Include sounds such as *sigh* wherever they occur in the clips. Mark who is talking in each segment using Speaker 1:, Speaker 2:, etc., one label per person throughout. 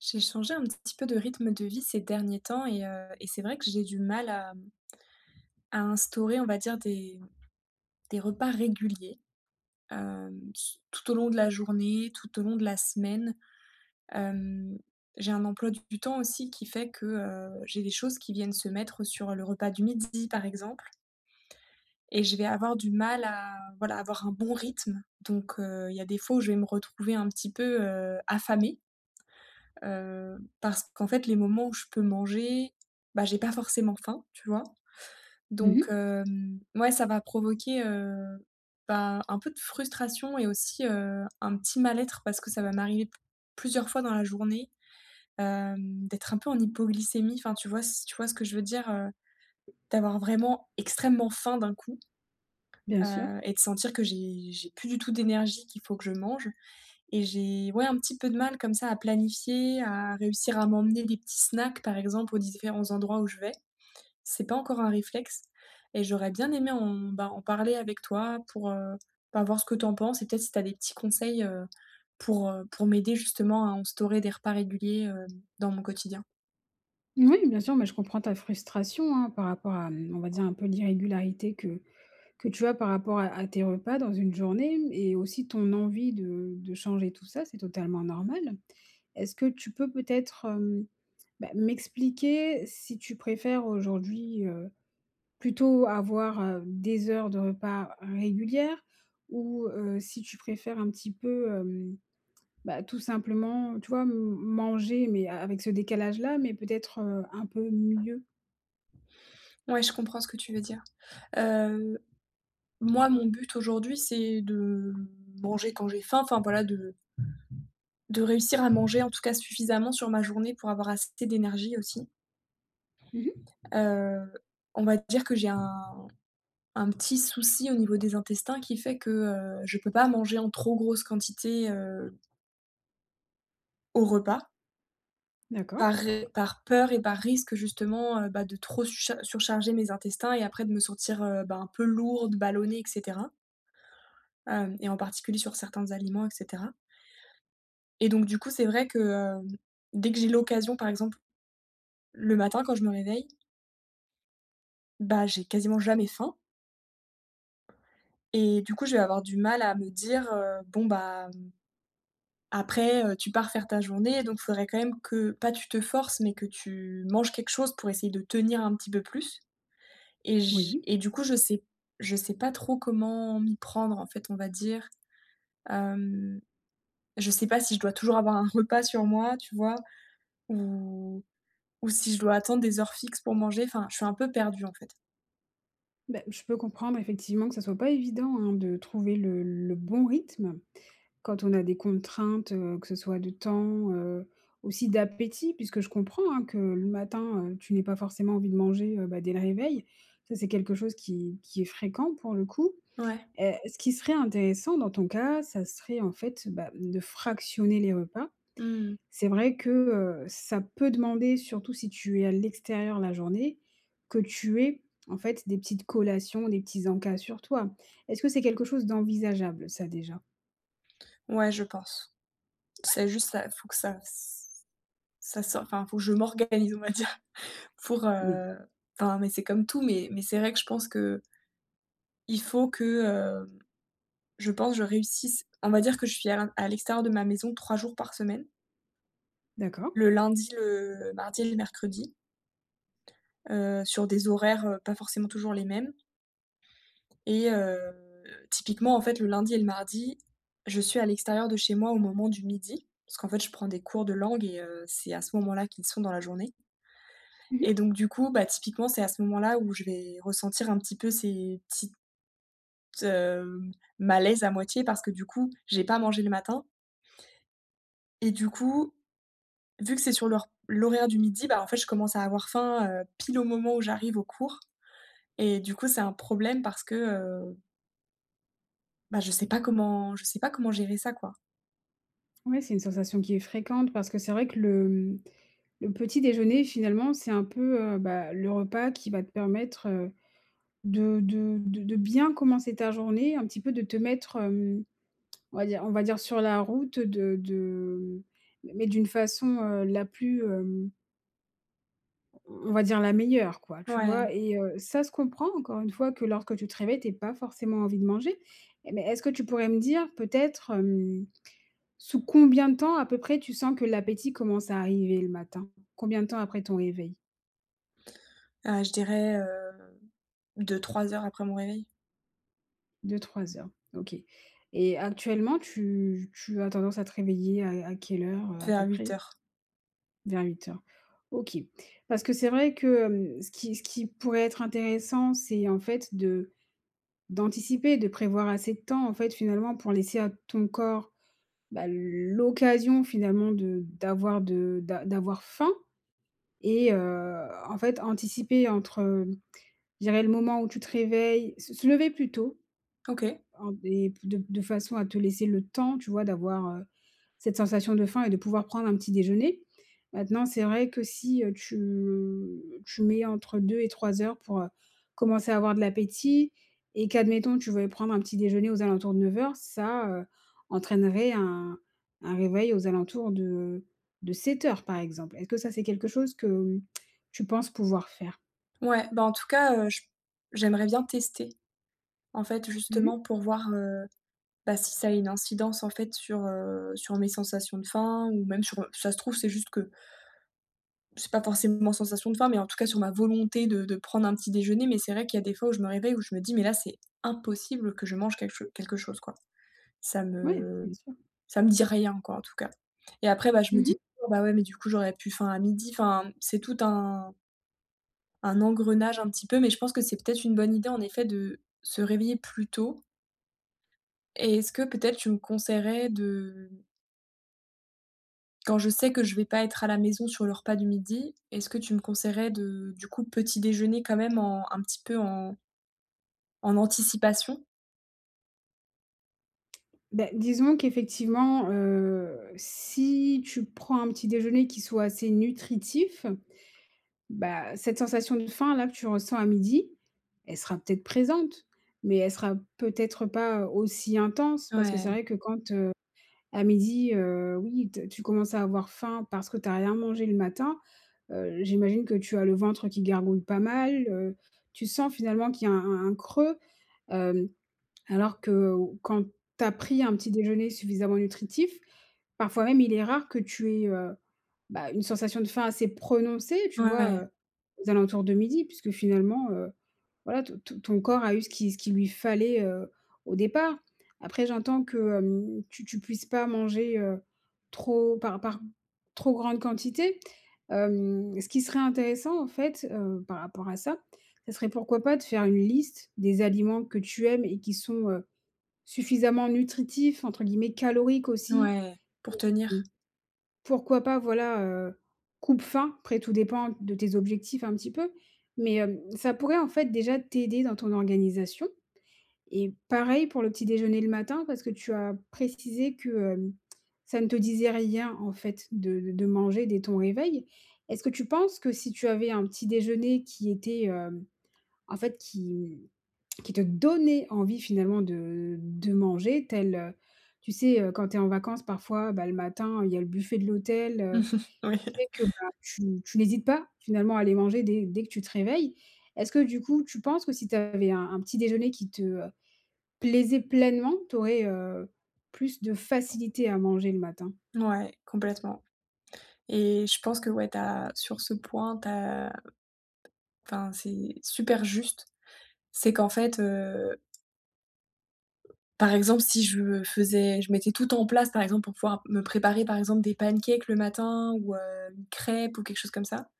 Speaker 1: J'ai changé un petit peu de rythme de vie ces derniers temps et c'est vrai que j'ai du mal à, à instaurer, on va dire, des repas réguliers, s tout au long de la journée, tout au long de la semaine. Hem, j'ai un emploi du temps aussi qui fait que, j'ai des choses qui viennent se mettre sur le repas du midi, par exemple, et je vais avoir du mal à, voilà, avoir un bon rythme. Donc il y a des fois où je vais me retrouver un petit peu, affamée. Parce qu'en fait, les moments où je peux manger, bah, j'ai pas forcément faim, tu vois? Donc
Speaker 2: Mmh.
Speaker 1: ouais, ça va provoquer, bah, un peu de frustration et aussi, un petit mal-être parce que ça va m'arriver p plusieurs fois dans la journée, d'être un peu en hypoglycémie. Enfin, tu vois, si tu vois ce que je veux dire? D'avoir vraiment extrêmement faim d'un coup,
Speaker 2: Bien sûr.
Speaker 1: et de sentir que j'ai plus du tout d'énergie, qu'il faut que je mange. Et j'ai, ouais, un petit peu de mal comme ça à planifier, à réussir à m'emmener des petits snacks, par exemple, aux différents endroits où je vais. C'est pas encore un réflexe et j'aurais bien aimé en, bah, en parler avec toi pour, bah, voir ce que t'en penses et peut-être si t'as des petits conseils, pour m'aider justement à instaurer des repas réguliers, dans mon quotidien.
Speaker 2: Oui, bien sûr, mais je comprends ta frustration, hein, par rapport à, on va dire, un peu l'irrégularité que tu as par rapport à tes repas dans une journée et aussi ton envie de changer tout ça, c'est totalement normal. Est-ce que tu peux peut-être, bah, m'expliquer si tu préfères aujourd'hui, plutôt avoir, des heures de repas régulières ou, si tu préfères un petit peu, bah, tout simplement, tu vois, m manger, mais a avec ce décalage-là, mais peut-être, un peu mieux.
Speaker 1: Ouais, je comprends ce que tu veux dire. Heu, moi, mon but aujourd'hui, c'est de manger quand j'ai faim, enfin voilà, de réussir à manger en tout cas suffisamment sur ma journée pour avoir assez d'énergie aussi.
Speaker 2: Mmh.
Speaker 1: Heu, on va dire que j'ai un petit souci au niveau des intestins qui fait que, je peux pas manger en trop grosse quantité, au repas
Speaker 2: D'accord,
Speaker 1: par par peur et par risque justement, bah, de trop surcharger mes intestins et après de me sentir, bah, un peu lourde, ballonnée, et cetera, hem et en particulier sur certains aliments, et cetera. Et donc du coup, c'est vrai que, dès que j'ai l'occasion, par exemple, le matin quand je me réveille, bah, j'ai quasiment jamais faim et du coup, je vais avoir du mal à me dire, «Bon, bah, mmh.» Après, tu pars faire ta journée, donc il faudrait quand même que, pas tu te forces, mais que tu manges quelque chose pour essayer de tenir un petit peu plus. et j
Speaker 2: oui.
Speaker 1: et du coup, je sais pas trop comment m'y prendre, en fait, on va dire. Hem, je sais pas si je dois toujours avoir un repas sur moi, tu vois? Ou ou si je dois attendre des heures fixes pour manger, enfin, je suis un peu perdue, en fait.
Speaker 2: Bah, je peux comprendre effectivement que ça soit pas évident, hein, de trouver le bon rythme quand on a des contraintes, que ce soit de temps, aussi d'appétit, puisque je comprends, hein, que le matin, tu n'aies pas forcément envie de manger, bah, dès le réveil. Ça, c'est quelque chose qui est fréquent pour le coup.
Speaker 1: Ouais.
Speaker 2: Ce qui serait intéressant dans ton cas, ça serait en fait, bah, de fractionner les repas.
Speaker 1: Mmh.
Speaker 2: C'est vrai que, ça peut demander, surtout si tu es à l'extérieur la journée, que tu aies, en fait, des petites collations, des petits encas sur toi. Est-ce que c'est quelque chose d'envisageable ça déjà?
Speaker 1: Ouais, je pense. C'est juste ça, faut que ça sorte, enfin, faut que je m'organise, on va dire. Pour,
Speaker 2: Oui,
Speaker 1: enfin, mais c'est comme tout, mais c'est vrai que je pense que il faut que, je pense que je réussisse. On va dire que je suis à l'extérieur de ma maison 3 jours par semaine,
Speaker 2: d'accord.
Speaker 1: le lundi, le mardi et le mercredi, sur des horaires, pas forcément toujours les mêmes, et typiquement, en fait, le lundi et le mardi, je suis à l'extérieur de chez moi au moment du midi, parce qu'en fait, je prends des cours de langue et c'est à ce moment-là qu'ils sont dans la journée.
Speaker 2: Mmh.
Speaker 1: Et donc du coup, bah, typiquement, c'est à ce moment-là où je vais ressentir un petit peu ces petites hem, malaise à moitié parce que du coup, j'ai pas mangé le matin et du coup, vu que c'est sur l'horaire du midi, bah, en fait, je commence à avoir faim, pile au moment où j'arrive au cours. Et du coup, c'est un problème parce que, bah, je sais pas comment gérer ça, quoi.
Speaker 2: Ouais, c'est une sensation qui est fréquente parce que c'est vrai que le, le petit déjeuner finalement, c'est un peu, bah, le repas qui va te permettre, de de bien commencer ta journée, un petit peu de te mettre, on va dire sur la route de mais d'une façon, la plus, on va dire la meilleure quoi, tu
Speaker 1: Ouais,
Speaker 2: vois? Et ça se comprend encore une fois que lorsque tu te réveilles, tu pas forcément envie de manger. Et mais est-ce que tu pourrais me dire peut-être, sous combien de temps à peu près tu sens que l'appétit commence à arriver le matin? Combien de temps après ton réveil?
Speaker 1: je dirais, 2-3 heures après mon réveil,
Speaker 2: 2-3 heures, OK. Et actuellement tu as tendance à te réveiller à quelle heure, à
Speaker 1: vers
Speaker 2: peu
Speaker 1: huit
Speaker 2: près?
Speaker 1: heures
Speaker 2: Vers 8 heures. OK. Parce que c'est vrai que, ce qui pourrait être intéressant, c'est en fait de d'anticiper, de prévoir assez de temps en fait finalement pour laisser à ton corps, bah, l'occasion finalement de d'avoir de d'a d'avoir faim et en fait anticiper entre, je dirais le moment où tu te réveilles se lever plus tôt
Speaker 1: OK.
Speaker 2: en et de façon à te laisser le temps, tu vois, d'avoir, cette sensation de faim et de pouvoir prendre un petit déjeuner. Maintenant, c'est vrai que si, tu mets entre 2 et 3 heures pour, commencer à avoir de l'appétit et qu'admettons tu veuilles prendre un petit déjeuner aux alentours de 9 heures, ça, entraînerait un réveil aux alentours de 7 heures par exemple. Est-ce que ça, c'est quelque chose que, tu penses pouvoir faire?
Speaker 1: Ouais, bah, en tout cas, j'aimerais bien tester, en fait,
Speaker 2: Oui.
Speaker 1: justement pour voir, bah, si ça a une incidence en fait sur, sur mes sensations de faim ou même sur, ça se trouve, c'est juste que c'est pas forcément sensation de faim, mais en tout cas sur ma volonté de prendre un petit déjeuner. Mais c'est vrai qu'il y a des fois où je me réveille où je me dis: «Mais là, c'est impossible que je mange quelque chose, quoi.» Ça
Speaker 2: Ouais,
Speaker 1: me
Speaker 2: bien sûr.
Speaker 1: ça me dit rien, quoi, en tout cas. Et après, bah, je
Speaker 2: Mmh
Speaker 1: me dis:
Speaker 2: mh.
Speaker 1: «Oh bah, ouais, mais du coup, j'aurais plus faim à midi.» Enfin, c'est tout un engrenage un petit peu, mais je pense que c'est peut-être une bonne idée en effet de se réveiller plus tôt. Et est-ce que peut-être tu me conseillerais de, quand je sais que je vais pas être à la maison sur le repas du midi, est-ce que tu me conseillerais de, du coup, petit déjeuner quand même en un petit peu en anticipation?
Speaker 2: Bah, disons qu'effectivement, si tu prends un petit déjeuner qui soit assez nutritif. Bah, cette sensation de faim là que tu ressens à midi, elle sera peut-être présente, mais elle sera peut-être pas aussi intense parce que c'est
Speaker 1: Ouais,
Speaker 2: vrai que quand, à midi, oui, t tu commences à avoir faim parce que tu as rien mangé le matin, j'imagine que tu as le ventre qui gargouille pas mal, tu sens finalement qu'il y a un creux, hem, alors que quand tu as pris un petit déjeuner suffisamment nutritif, parfois même il est rare que tu aies, bah, une sensation de faim assez prononcée, tu vois,
Speaker 1: ouais,
Speaker 2: aux alentours de midi puisque finalement, voilà, ton corps a eu ce qu'il lui fallait, au départ. Après j'entends que, tu puisses pas manger, trop par trop grande quantité. Ce qui serait intéressant en fait, par rapport à ça, ça serait pourquoi pas de faire une liste des aliments que tu aimes et qui sont, suffisamment «nutritifs» entre guillemets, caloriques aussi.
Speaker 1: ouais, pour tenir.
Speaker 2: Pourquoi pas, voilà, coupe fin. Après tout dépend de tes objectifs un petit peu, mais ça pourrait en fait déjà t'aider dans ton organisation et pareil pour le petit déjeuner le matin parce que tu as précisé que, hem, ça ne te disait rien en fait de manger dès ton réveil. Est-ce que tu penses que si tu avais un petit déjeuner qui était, en fait qui te donnait envie finalement de manger tel, tu sais, quand tu es en vacances parfois, bah, le matin, il y a le buffet de l'hôtel,
Speaker 1: *laughs* Oui,
Speaker 2: qui fait que, bah, tu n'hésites pas finalement à aller manger dès que tu te réveilles. Est-ce que du coup, tu penses que si tu avais un petit déjeuner qui te, plaisait pleinement, tu aurais, plus de facilité à manger le matin?
Speaker 1: ouais, complètement, et je pense que ouais, t'as sur ce point, t'as, enfin, c'est super juste. C'est qu'en fait, par exemple, si je mettais tout en place, par exemple, pour pouvoir me préparer, par exemple, des pancakes le matin ou, une crêpe ou quelque chose comme ça,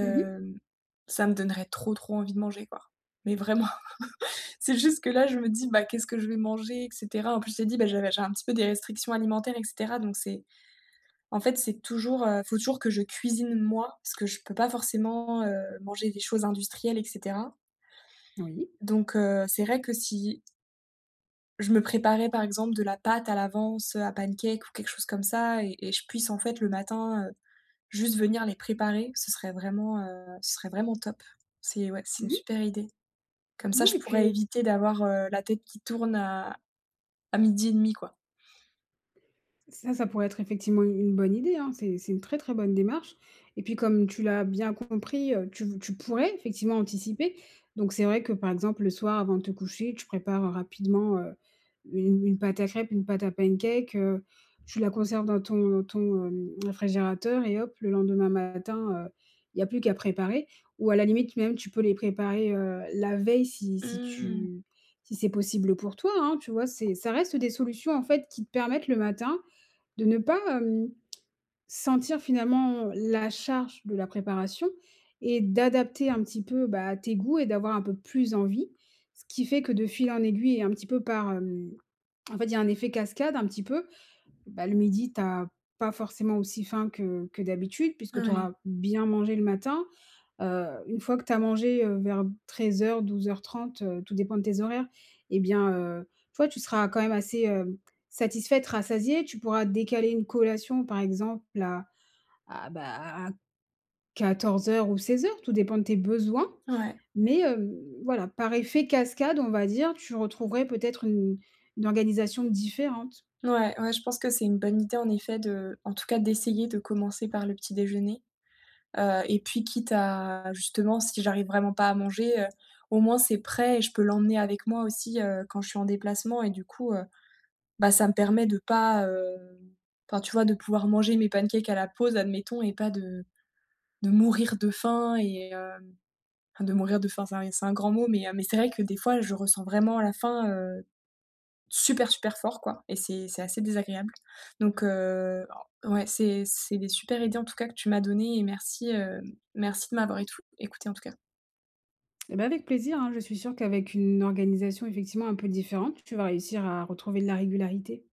Speaker 2: Mmh.
Speaker 1: ça me donnerait trop, trop envie de manger, quoi. Mais vraiment, *laughs* c'est juste que là, je me dis: «Bah, qu'est-ce que je vais manger?», et cetera. En plus, j'ai dit, bah, j'ai un petit peu des restrictions alimentaires, et cetera, donc c'est, en fait, c'est toujours, faut toujours que je cuisine moi, parce que je peux pas forcément, manger des choses industrielles, et cetera.
Speaker 2: Oui.
Speaker 1: Donc, c'est vrai que si je me préparais par exemple de la pâte à l'avance, à pancakes ou quelque chose comme ça, et je puisse en fait le matin, juste venir les préparer, ce serait vraiment top. C'est, ouais, c'est une
Speaker 2: Mmh.
Speaker 1: super idée. Comme ça,
Speaker 2: Ouais
Speaker 1: je
Speaker 2: et
Speaker 1: pourrais
Speaker 2: puis…
Speaker 1: éviter d'avoir, la tête qui tourne à midi et demi, quoi.
Speaker 2: Ça pourrait être effectivement une bonne idée, hein. C'est une très, très bonne démarche et puis comme tu l'as bien compris, tu pourrais effectivement anticiper. Donc c'est vrai que, par exemple, le soir avant de te coucher, tu prépares, rapidement, une pâte à crêpes, une pâte à pancakes, tu la conserves réfrigérateur et hop, le lendemain matin, il y a plus qu'à préparer ou à la limite même tu peux les préparer, la veille si si
Speaker 1: Mmh.
Speaker 2: tu si c'est possible pour toi, hein, tu vois? C'est ça reste des solutions, en fait, qui te permettent le matin de ne pas, sentir finalement la charge de la préparation et d'adapter un petit peu, bah, tes goûts et d'avoir un peu plus envie. Ce qui fait que de fil en aiguille et un petit peu par, en fait, il y a un effet cascade un petit peu. Bah, le midi, tu as pas forcément aussi faim que d'habitude puisque tu
Speaker 1: Ouais,
Speaker 2: auras bien mangé le matin. Une fois que tu as mangé, vers 13:00-12:30, tout dépend de tes horaires et bien, tu vois, tu seras quand même assez, satisfaite, rassasiée. Tu pourras décaler une collation, par exemple, à à, bah, à à heures, ou 16:00, tout dépend de tes besoins.
Speaker 1: ouais,
Speaker 2: Mais, voilà, par effet cascade, on va dire, tu retrouverais peut-être une organisation différente.
Speaker 1: ouais, ouais, je pense que c'est une bonne idée en effet de, en tout cas, d'essayer de commencer par le petit déjeuner. Et puis quitte à justement, si j'arrive vraiment pas à manger, au moins c'est prêt et je peux l'emmener avec moi aussi, quand je suis en déplacement et du coup, bah, ça me permet de pas, enfin, tu vois, de pouvoir manger mes pancakes à la pause, admettons, et pas de mourir de faim et enfin de mourir de faim, c'est un grand mot, mais c'est vrai que des fois, je ressens vraiment la faim, super, super fort, quoi, et c'est assez désagréable. Donc ouais, c'est des super idées en tout cas que tu m'as donné. Et merci, merci de m'avoir étou écoutée en tout cas.
Speaker 2: Et bah, avec plaisir, hein, je suis sûre qu'avec une organisation effectivement un peu différente, tu vas réussir à retrouver de la régularité.